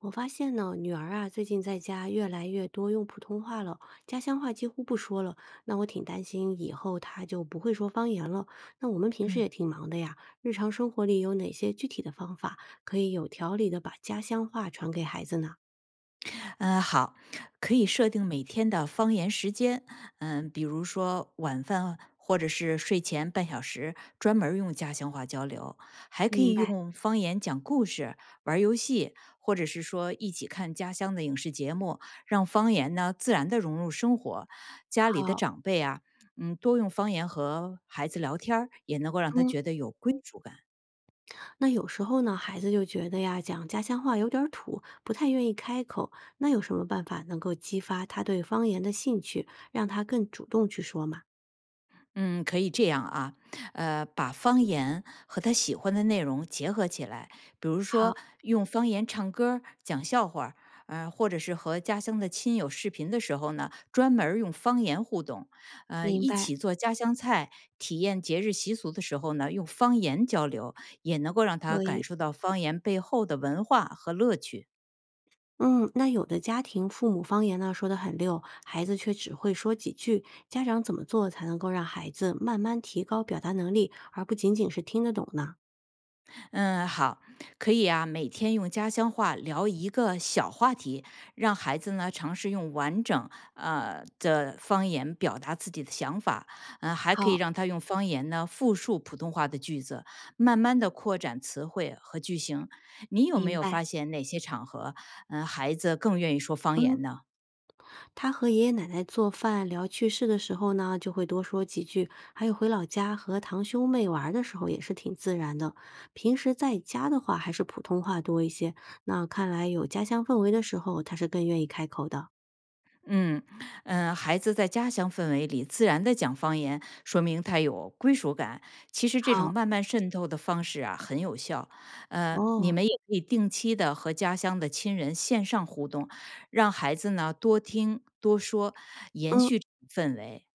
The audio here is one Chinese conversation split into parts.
我发现呢，女儿啊，最近在家越来越多用普通话了，家乡话几乎不说了。那我挺担心以后她就不会说方言了。那我们平时嗯。也挺忙的呀，日常生活里有哪些具体的方法可以有条理的把家乡话传给孩子呢？好，可以设定每天的方言时间，比如说晚饭或者是睡前半小时，专门儿用家乡话交流，还可明以白。用方言讲故事、玩儿游戏，或者是说一起看家乡的影视节目，让方言呢自然的融入生活。家里的好，长辈啊，多用方言和孩子聊天儿也能够让他嗯，觉得有归属感。那有时候呢，孩子就觉得呀，讲家乡话有点儿土，不太愿意开口。那有什么办法能够激发他对方言的兴趣，让他更主动去说嘛？嗯，可以这样啊，把方言和他喜欢的内容结合起来，比如说好，用方言唱歌儿讲笑话儿，或者是和家乡的亲友视频的时候呢，专门儿用方言互动，明一白，起做家乡菜，体验节日习俗的时候呢，用方言交流，也能够让他可感以。受到方言背后的文化和乐趣。嗯，那有的家庭父母方言呢说得很溜，孩子却只会说几句，家长怎么做才能够让孩子慢慢提高表达能力，而不仅仅是听得懂呢？嗯，好，可以啊，每天用家乡话聊一个小话题，让孩子呢尝试用完整的方言表达自己的想法，嗯、还可以好，让他用方言呢复述普通话的句子，慢慢的扩展词汇和句型。你有没明有白。发现哪些场合，嗯、孩子更愿意说方嗯，言呢？他和爷爷奶奶做饭聊趣事的时候呢，就会多说几句，还有回老家和堂兄妹玩儿的时候也是挺自然的。平时在家的话，还是普通话多一些。那看来有家乡氛围的时候，他是更愿意开口的。嗯嗯，孩子在家乡氛围里自然的讲方言，说明他有归属感。其实这种好，慢慢渗透的方式啊，很有效。你哦，们也可以定期的和家乡的亲人线上互动，让孩子呢多听多说，延嗯。续这种氛围。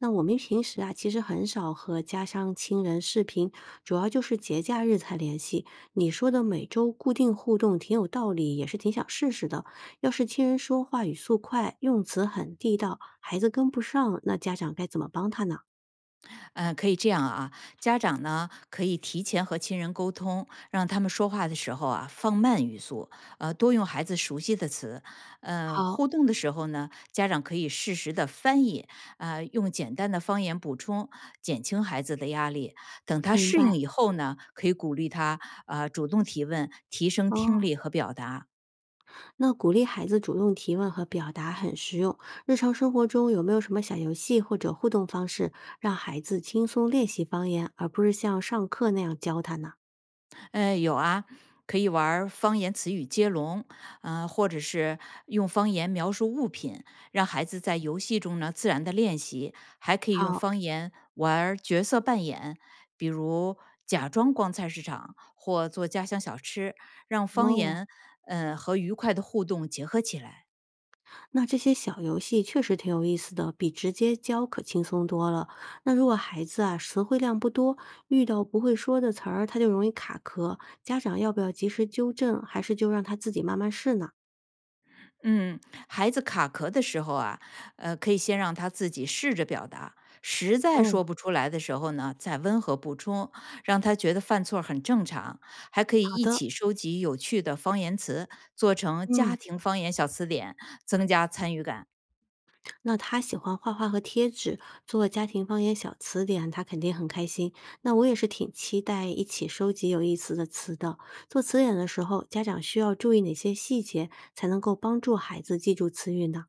那我们平时啊，其实很少和家乡亲人视频，主要就是节假日才联系。你说的每周固定互动挺有道理，也是挺想试试的。要是亲人说话语速快，用词很地道，孩子跟不上，那家长该怎么帮他呢？嗯，可以这样啊，家长呢可以提前和亲人沟通，让他们说话的时候啊放慢语速，多用孩子熟悉的词，好，互动的时候呢，家长可以适时的翻译，啊、用简单的方言补充，减轻孩子的压力。等他明适白。应以后呢，可以鼓励他啊、主动提问，提升听哦，力和表达。那鼓励孩子主动提问和表达很实用。日常生活中有没有什么小游戏或者互动方式，让孩子轻松练习方言，而不是像上课那样教他呢？有啊，可以玩儿方言词语接龙，或者是用方言描述物品，让孩子在游戏中呢自然的练习。还可以用好，方言玩儿角色扮演，比如假装逛菜市场或做家乡小吃，让方哦，言和愉快的互动结合起来。那这些小游戏确实挺有意思的，比直接教可轻松多了。那如果孩子啊词汇量不多，遇到不会说的词儿，他就容易卡壳，家长要不要及时纠正，还是就让他自己慢慢试呢？嗯，孩子卡壳的时候啊，可以先让他自己试着表达，实在哦，说不出来的时候呢，再温和补充，让他觉得犯错儿很正常。还可以好一的，起收集有趣的方言词，做成嗯，家庭方言小词典，增加参与感。那他喜欢画画和贴纸，做家庭方言小词典，他肯定很开心。那我也是挺期待一起收集有意思的词的。做词典的时候，家长需要注意哪些细节，才能够帮助孩子记住词语呢？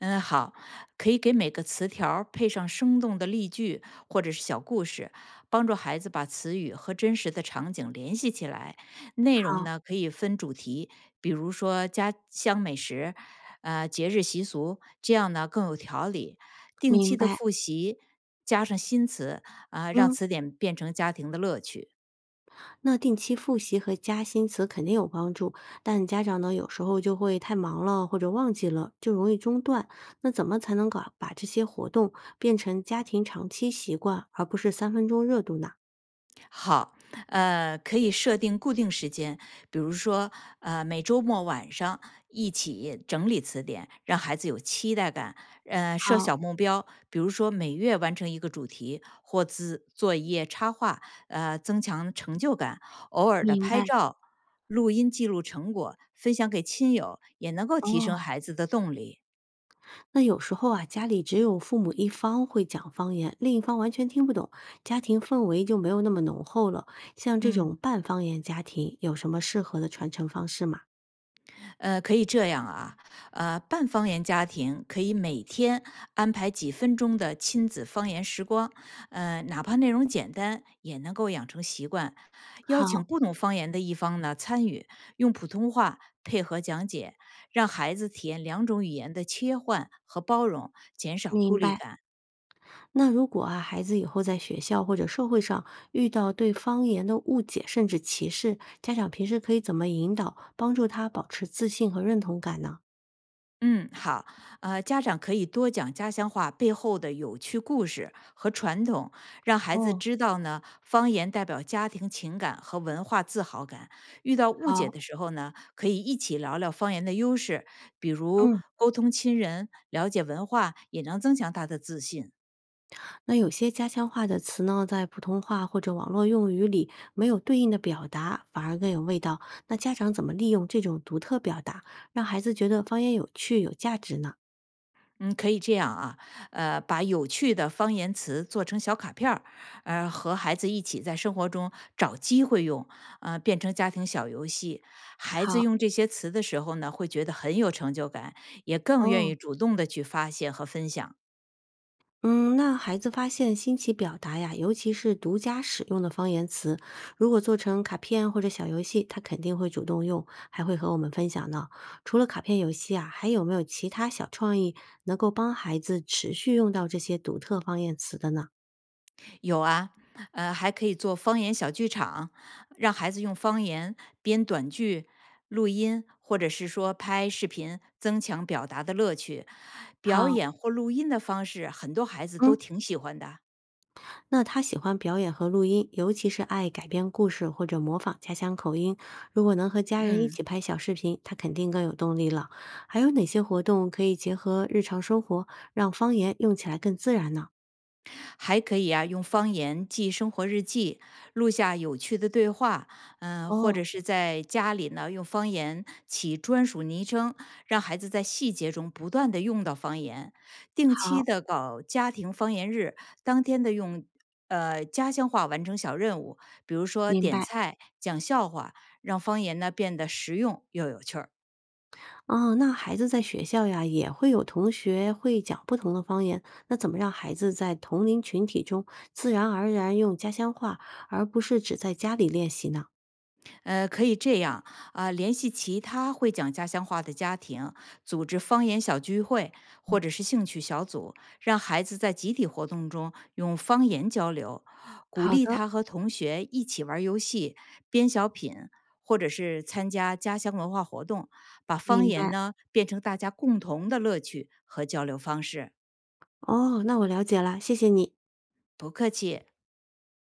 嗯，好，可以给每个词条儿配上生动的例句或者是小故事，帮助孩子把词语和真实的场景联系起来。内容好，呢可以分主题，比如说家乡美食，节日习俗，这样呢更有条理。定明期的白。复习，加上新词，啊、让嗯，词典变成家庭的乐趣。那定期复习和加新词肯定有帮助，但家长呢有时候就会太忙了或者忘记了，就容易中断。那怎么才能搞把这些活动变成家庭长期习惯，而不是三分钟热度呢？好，可以设定固定时间，比如说，每周末晚上一起整理词典，让孩子有期待感。设好，小目标，比如说每月完成一个主题或自做一页插画，增强成就感。偶尔的明拍白照、录音记录成果，分享给亲友，也能够提升哦。孩子的动力。那有时候啊，家里只有父母一方会讲方言，另一方完全听不懂，家庭氛围就没有那么浓厚了。像这嗯。种半方言家庭，有什么适合的传承方式吗？可以这样啊，半方言家庭可以每天安排几分钟的亲子方言时光，哪怕内容简单，也能够养成习惯。邀请好，不懂方言的一方呢参与，用普通话配合讲解，让孩子体验两种语言的切换和包容，减少孤明立白。感。那如果啊，孩子以后在学校或者社会上遇到对方言的误解甚至歧视，家长平时可以怎么引导，帮助他保持自信和认同感呢？嗯，好，家长可以多讲家乡话背后的有趣故事和传统，让孩子哦，知道呢，方言代表家庭情感和文化自豪感。遇到误解好，的时候呢，可以一起聊聊方言的优势，比如嗯，沟通亲人、了解文化，也能增强他的自信。那有些家乡话的词呢，在普通话或者网络用语里没有对应的表达，反而更有味道。那家长怎么利用这种独特表达，让孩子觉得方言有趣、有价值呢？嗯，可以这样啊，把有趣的方言词做成小卡片儿，和孩子一起在生活中找机会用，变成家庭小游戏。孩子好，用这些词的时候呢，会觉得很有成就感，也更愿哦，意主动的去发现和分享。嗯，那孩子发现新奇表达呀，尤其是独家使用的方言词，如果做成卡片或者小游戏，他肯定会主动用，还会和我们分享呢。除了卡片游戏啊，还有没有其他小创意能够帮孩子持续用到这些独特方言词的呢？有啊，还可以做方言小剧场，让孩子用方言编短剧、录音，或者是说拍视频，增强表达的乐趣。表好，演或录音的方式，很多孩子都嗯。挺喜欢的。那他喜欢表演和录音，尤其是爱改编故事或者模仿家乡口音。如果能和家人一嗯。起拍小视频，他肯定更有动力了。还有哪些活动可以结合日常生活，让方言用起来更自然呢？还可以啊，用方言记生活日记，录下有趣的对话，嗯、或哦，者是在家里呢用方言起专属昵称，让孩子在细节中不断的用到方言。定期好，的搞家庭方言日，当天的用家乡话完成小任务，比如说明点白。菜、讲笑话，让方言呢变得实用又有趣儿。哦，那孩子在学校呀，也会有同学会讲不同的方言，那怎么让孩子在同龄群体中自然而然用家乡话，而不是只在家里练习呢？可以这样啊、联系其他会讲家乡话的家庭，组织方言小聚会或者是兴趣小组，让孩子在集体活动中用方言交流，鼓好励的，他和同学一起玩儿游戏、编小品，或者是参加家乡文化活动，把方明言白。呢变成大家共同的乐趣和交流方式。哦，那我了解了，谢谢你。不客气。